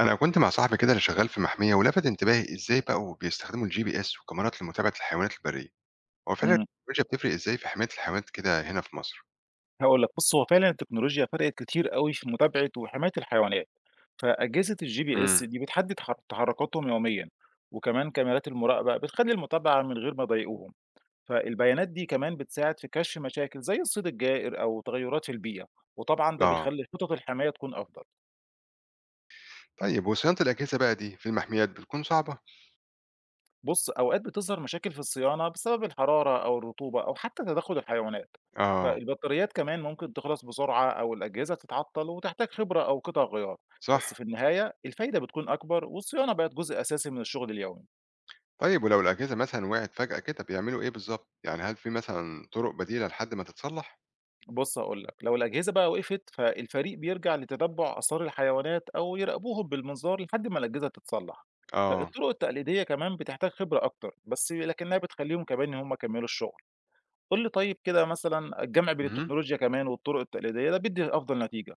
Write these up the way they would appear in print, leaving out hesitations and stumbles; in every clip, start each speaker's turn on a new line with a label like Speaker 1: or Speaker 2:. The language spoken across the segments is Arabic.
Speaker 1: أنا كنت مع صاحبي كده اللي شغال في محمية، ولفت انتباهي إزاي بقوا بيستخدموا الجي بي إس وكاميرات لمتابعة الحيوانات البرية. هو فعلا
Speaker 2: إمم،
Speaker 1: التكنولوجيا بتفرق إزاي في حماية الحيوانات كده هنا في مصر؟
Speaker 2: هاقول لك بُص هو فعلًا التكنولوجيا فرقت كتير أوي في متابعة وحماية الحيوانات، فأجهزة الGPS
Speaker 1: امم.
Speaker 2: دي بتحدد تحركاتهم يوميًا، وكمان كاميرات المراقبة بتخلّي المتابعة من غير ما يضايقوهم، فالبيانات دي كمان بتساعد في كشف مشاكل زي الصيد الجائر أو تغيرات في البيئة، وطبعًا ده
Speaker 1: آه.
Speaker 2: بيخلّي خطط الحماية تكون أفضل.
Speaker 1: طيب، وصيانة الأجهزة بقى دي في المحميات بتكون صعبة؟
Speaker 2: بُص، أوقات بتظهر مشاكل في الصيانة بسبب الحرارة أو الرطوبة أو حتى تدخُّل الحيوانات،
Speaker 1: آه.
Speaker 2: فالبطاريات كمان ممكن تخلص بسرعة أو الأجهزة تتعطّل وتحتاج خبرة أو قطع غيار،
Speaker 1: صح.
Speaker 2: بس في النهاية الفايدة بتكون أكبر والصيانة بقت جزء أساسي من الشغل اليومي.
Speaker 1: طيب، ولو الأجهزة مثلا وقعت فجأة كده بيعملوا إيه بالظبط؟ يعني هل في مثلا طرق بديلة لحد ما تتصلح؟
Speaker 2: بُص هاقول لك، لو الأجهزة بقى وقفت فالفريق بيرجع لتتبُّع آثار الحيوانات أو يراقبوهم بالمنظار لحد ما الأجهزة تتصلّح.
Speaker 1: آه.
Speaker 2: فالطرق التقليدية كمان بتحتاج خبرة أكتر، بس لكنها بتخلّيهم كمان إن هم يكمّلوا الشغل. قُل لي طيب كده مثلًا الجمع بين
Speaker 1: امم.
Speaker 2: التكنولوجيا كمان والطرق التقليدية ده بيدّي أفضل نتيجة،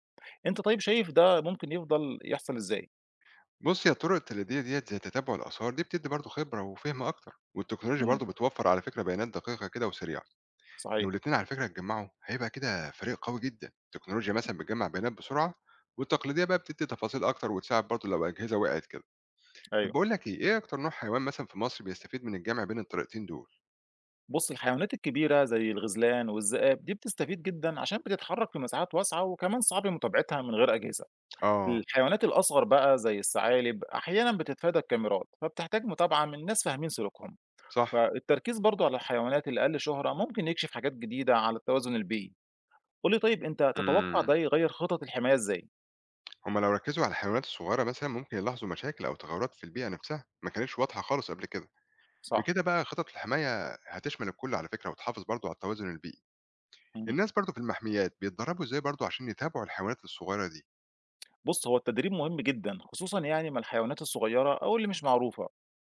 Speaker 2: أنت طيب شايف ده ممكن يفضل يحصل إزاي؟
Speaker 1: بص يا، الطرق التقليدية ديت زي تتبع الآثار دي بتدي برضه خبرة وفهم أكتر، والتكنولوجيا
Speaker 2: إمم،
Speaker 1: برضه بتوفر على فكرة بيانات دقيقة كده وسريعة. لو
Speaker 2: صحيح،
Speaker 1: الاتنين على فكرة اتجمعوا هيبقى كده فريق قوي جدا. التكنولوجيا مثلا بتجمع بيانات بسرعة، والتقليدية بقى بتدي تفاصيل أكتر وتساعد برضه لو أجهزة وقعت كده. طب
Speaker 2: أيوه.
Speaker 1: بقول لك إيه أكتر نوع حيوان مثلا في مصر بيستفيد من الجمع بين الطريقتين دول؟
Speaker 2: بُص الحيوانات الكبيرة زي الغزلان والذئاب دي بتستفيد جدًا عشان بتتحرك في مساحات واسعة وكمان صعب متابعتها من غير أجهزة،
Speaker 1: آه.
Speaker 2: الحيوانات الأصغر بقى زي الثعالب أحيانًا بتتفادى الكاميرات، فبتحتاج متابعة من ناس فاهمين سلوكهم،
Speaker 1: صح.
Speaker 2: فالتركيز برضه على الحيوانات الأقل شهرة ممكن يكشف حاجات جديدة على التوازن البيئي، قُل لي طيب أنت تتوقع ده
Speaker 1: امم.
Speaker 2: يغيّر خطط الحماية إزاي؟
Speaker 1: هما لو ركزوا على الحيوانات الصغيرة مثلا ممكن يلاحظوا مشاكل أو تغيرات في البيئة نفسها ما كانتش واضحة خالص قبل كده.
Speaker 2: صح،
Speaker 1: بكده بقى خطط الحماية هتشمل الكل على فكرة، وتحافظ برضه على التوازن البيئي.
Speaker 2: إمم.
Speaker 1: الناس برضه في المحميات بيتدربوا إزاي برضه عشان يتابعوا الحيوانات الصغيرة دي؟
Speaker 2: بُص، هو التدريب مهم جدًا، خصوصًا يعني مع الحيوانات الصغيرة أو اللي مش معروفة،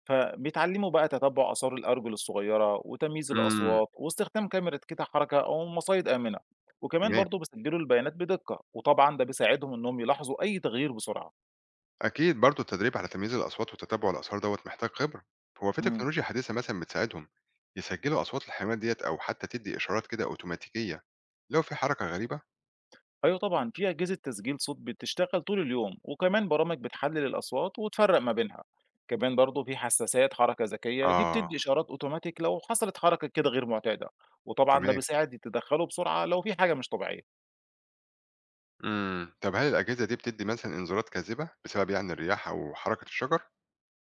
Speaker 2: فبيتعلموا بقى تتبُّع آثار الأرجل الصغيرة وتمييز
Speaker 1: امم.
Speaker 2: الأصوات واستخدام كاميرا قطع حركة أو مصايد آمنة، وكمان
Speaker 1: تمام.
Speaker 2: برضه بيسجّلوا البيانات بدقة، وطبعًا ده بيساعدهم إنّهم يلاحظوا أي تغيير بسرعة.
Speaker 1: أكيد برضه التدريب على تمييز الأصوات وتتبع الآثار دوت محتاج خبرة. هو في
Speaker 2: إمم.
Speaker 1: تكنولوجيا حديثة مثلا بتساعدهم يسجلوا أصوات الحيوانات ديت أو حتى تدي إشارات كده أوتوماتيكية لو في حركة غريبة؟
Speaker 2: أيوه طبعًا، في أجهزة تسجيل صوت بتشتغل طول اليوم، وكمان برامج بتحلل الأصوات وتفرق ما بينها، كمان برضه في حساسات حركة ذكية دي
Speaker 1: آه.
Speaker 2: بتدي إشارات أوتوماتيك لو حصلت حركة كده غير معتادة، وطبعًا ده
Speaker 1: تمام.
Speaker 2: بيساعد يتدخلوا بسرعة لو في حاجة مش طبيعية.
Speaker 1: امم، طب هل الأجهزة دي بتدي مثلا إنذارات كاذبة بسبب يعني الرياح أو حركة الشجر؟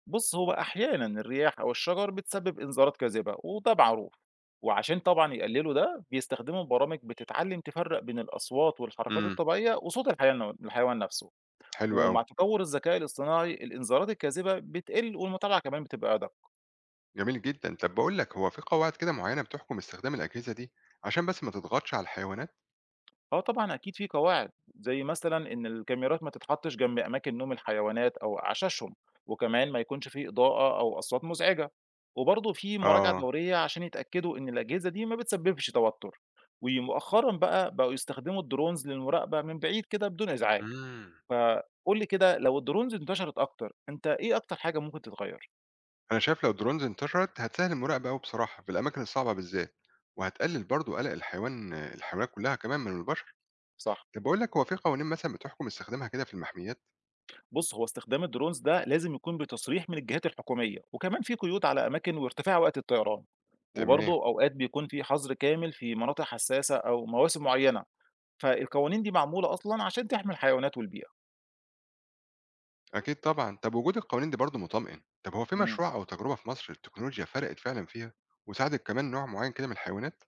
Speaker 2: بُص، هو أحيانًا الرياح أو الشجر بتسبب إنذارات كاذبة وده معروف، وعشان طبعًا يقللوا ده بيستخدموا برامج بتتعلم تفرق بين الأصوات والحركات
Speaker 1: امم.
Speaker 2: الطبيعية وصوت الحيوان نفسه.
Speaker 1: حلو أوي.
Speaker 2: ومع تطور الذكاء الاصطناعي الإنذارات الكاذبة بتقل والمتابعة كمان بتبقى أدق.
Speaker 1: جميل جدا. طب بقول لك، هو في قواعد كده معينة بتحكم استخدام الأجهزة دي عشان بس ما تضغطش على الحيوانات؟
Speaker 2: هو طبعا أكيد في قواعد، زي مثلا إن الكاميرات ما تتحطش جنب أماكن نوم الحيوانات أو أعشاشهم، وكمان ما يكونش فيه إضاءة أو أصوات مزعجة، وبرضه في مراجعة
Speaker 1: آه.
Speaker 2: دورية عشان يتأكدوا إن الأجهزة دي ما بتسببش توتر، ومؤخرا بقى بقوا يستخدموا الدرونز للمراقبة من بعيد كده بدون إزعاج،
Speaker 1: امم.
Speaker 2: فقول لي كده لو الدرونز انتشرت أكتر أنت إيه أكتر حاجة ممكن تتغير.
Speaker 1: انا شايف لو الدرونز انتشرت هتسهل المراقبه قوي بصراحه، في الاماكن الصعبه بالذات، وهتقلل برضو قلق الحيوانات كلها كمان من البشر.
Speaker 2: صح؟
Speaker 1: طب بقول لك، هو في قوانين مثلا بتحكم استخدامها كده في المحميات؟
Speaker 2: بُص، هو استخدام الdrones ده لازم يكون بتصريح من الجهات الحكومية، وكمان في قيود على أماكن وارتفاع وقت الطيران، وبرضه
Speaker 1: تمام.
Speaker 2: أوقات بيكون في حظر كامل في مناطق حساسة أو مواسم معينة، فالقوانين دي معمولة أصلًا عشان تحمي الحيوانات والبيئة.
Speaker 1: اكيد طبعا. طب وجود القوانين دي برضو مطمئن. طب هو في
Speaker 2: إمم،
Speaker 1: مشروع او تجربه في مصر التكنولوجيا فرقت فعلا فيها وساعدت كمان نوع معين كده من الحيوانات؟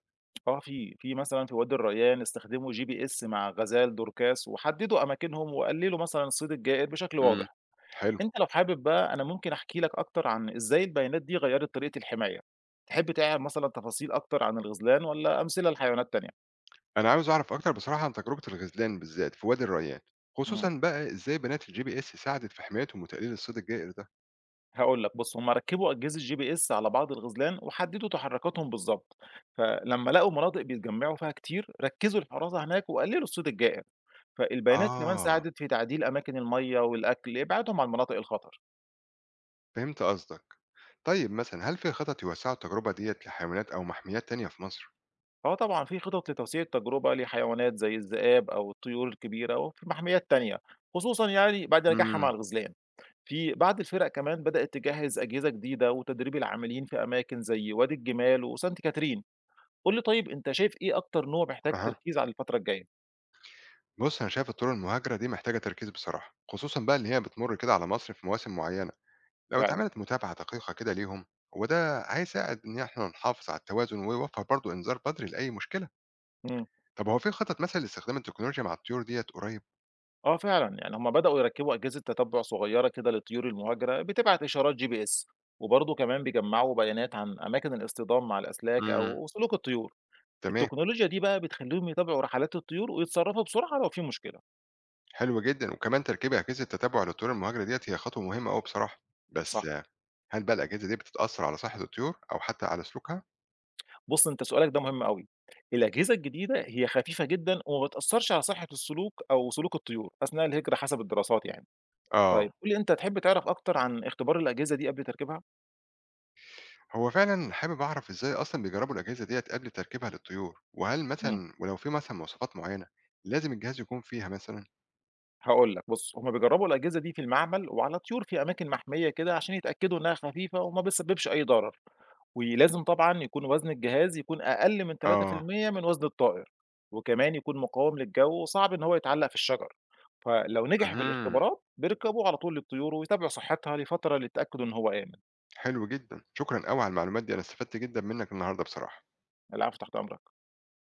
Speaker 2: آه في مثلًا في وادي الريان استخدموا GPS مع غزال، دوركاس، وحددوا أماكنهم وقللوا مثلًا الصيد الجائر بشكل
Speaker 1: امم.
Speaker 2: واضح.
Speaker 1: حلو.
Speaker 2: أنت لو حابب بقى أنا ممكن أحكي لك أكتر عن إزاي البيانات دي غيّرت طريقة الحماية. تحب تعرف مثلًا تفاصيل أكتر عن الغزلان والّا أمثلة لحيوانات تانية؟
Speaker 1: انا عاوز اعرف اكتر بصراحه عن تجربه الغزلان بالذات في وادي الريان،
Speaker 2: إمم،
Speaker 1: خصوصا بقى ازاي بنات الجي بي اس ساعدت في حمايتهم وتقليل الصيد الجائر ده.
Speaker 2: هاقول لك بُص، هم ركّبوا أجهزة GPS على بعض الغزلان وحدّدوا تحركاتهم بالضبط، فلمّا لقوا مناطق بيتجمّعوا فيها كتير، ركّزوا الحراسة هناك وقللوا الصيد الجائر، فالبيانات كمان
Speaker 1: اه،
Speaker 2: ساعدت في تعديل أماكن المَيّة والأكل لإبعادهم عن مناطق الخطر،
Speaker 1: فهمت قصدك. طيب مثلا، هل في خطط يوسعوا التجربة ديّة لحيوانات أو محميات تانية في مصر؟
Speaker 2: فهو طبعًا في خطط لتوسيع التجربة لحيوانات زي الذئاب أو الطيور الكبيرة وفي محميات تانية، خصوصًا يعني بعد نجاحها مع
Speaker 1: امم.
Speaker 2: الغزلان، في بعض الفرق كمان بدأت تجهّز أجهزة جديدة وتدريب العاملين في أماكن زي وادي الجمال وسانت كاترين. قُل لي طيب أنت شايف إيه أكتر نوع محتاج
Speaker 1: أها.
Speaker 2: تركيز على الفترة الجاية.
Speaker 1: بُص، أنا شايف الطيور المهاجرة دي محتاجة تركيز بصراحة، خصوصًا بقى إن هي بتمر كده على مصر في مواسم معينة، لو
Speaker 2: فعلًا؟
Speaker 1: اتعملت متابعة دقيقة كده ليهم، وده هيساعد إن إحنا نحافظ على التوازن، ويوفر برضه إنذار بدري لأي مشكلة.
Speaker 2: إمم.
Speaker 1: طب هو في خطط مثلًا لاستخدام التكنولوجيا مع الطيور ديّة قريب؟
Speaker 2: آه فعلًا، يعني هم بدأوا يركّبوا أجهزة تتبُّع صغيّرة كده للطيور المهاجرة بتبعت إشارات GPS وبرضه كمان بيجمّعوا بيانات عن أماكن الاصطدام مع الأسلاك
Speaker 1: امم.
Speaker 2: أو سلوك الطيور.
Speaker 1: تمام.
Speaker 2: التكنولوجيا دي بقى بتخلّيهم يتابعوا رحلات الطيور ويتصرّفوا بسرعة لو في مشكلة.
Speaker 1: حلو جدًا. وكمان تركيب أجهزة تتبع للطيور المهاجرة ديّة هي خطوة مهمة أوي بصراحة، بس
Speaker 2: صح.
Speaker 1: آه، هل بقى الأجهزة دي بتتأثر على صحة الطيور أو حتى على سلوكها؟
Speaker 2: بُص أنت سؤالك ده مهم أوي. الأجهزة الجديدة هي خفيفة جدًا وما بتأثّرش على صحّة السلوك أو سلوك الطيور أثناء الهجرة حسب الدراسات يعني.
Speaker 1: آه.
Speaker 2: طيب قُل لي أنت تحب تعرف أكتر عن اختبار الأجهزة دي قبل تركيبها؟
Speaker 1: هو فعلا حابب اعرف ازاي اصلا بيجربوا الاجهزه ديت قبل تركيبها للطيور، وهل
Speaker 2: إمم،
Speaker 1: مثلا، ولو في مثلا مواصفات معينه لازم الجهاز يكون فيها مثلا؟
Speaker 2: هاقول لك بُص، هُم بيجرّبوا الأجهزة دي في المعمل وعلى طيور في أماكن محمية كده عشان يتأكدوا إنها خفيفة وما بتسببش أي ضرر، ولازم طبعًا يكون وزن الجهاز يكون أقل من
Speaker 1: اه.
Speaker 2: 3% من وزن الطائر، وكمان يكون مقاوم للجو وصعب إن هو يتعلق في الشجر، فلو نجح في
Speaker 1: امم.
Speaker 2: الاختبارات بيركبوه على طول للطيور ويتابعوا صحتها لفترة للتأكد إن هو آمن.
Speaker 1: حلو جدا، شكرا قوي على المعلومات دي، انا استفدت جدا منك النهارده بصراحه.
Speaker 2: العفو، تحت أمرك.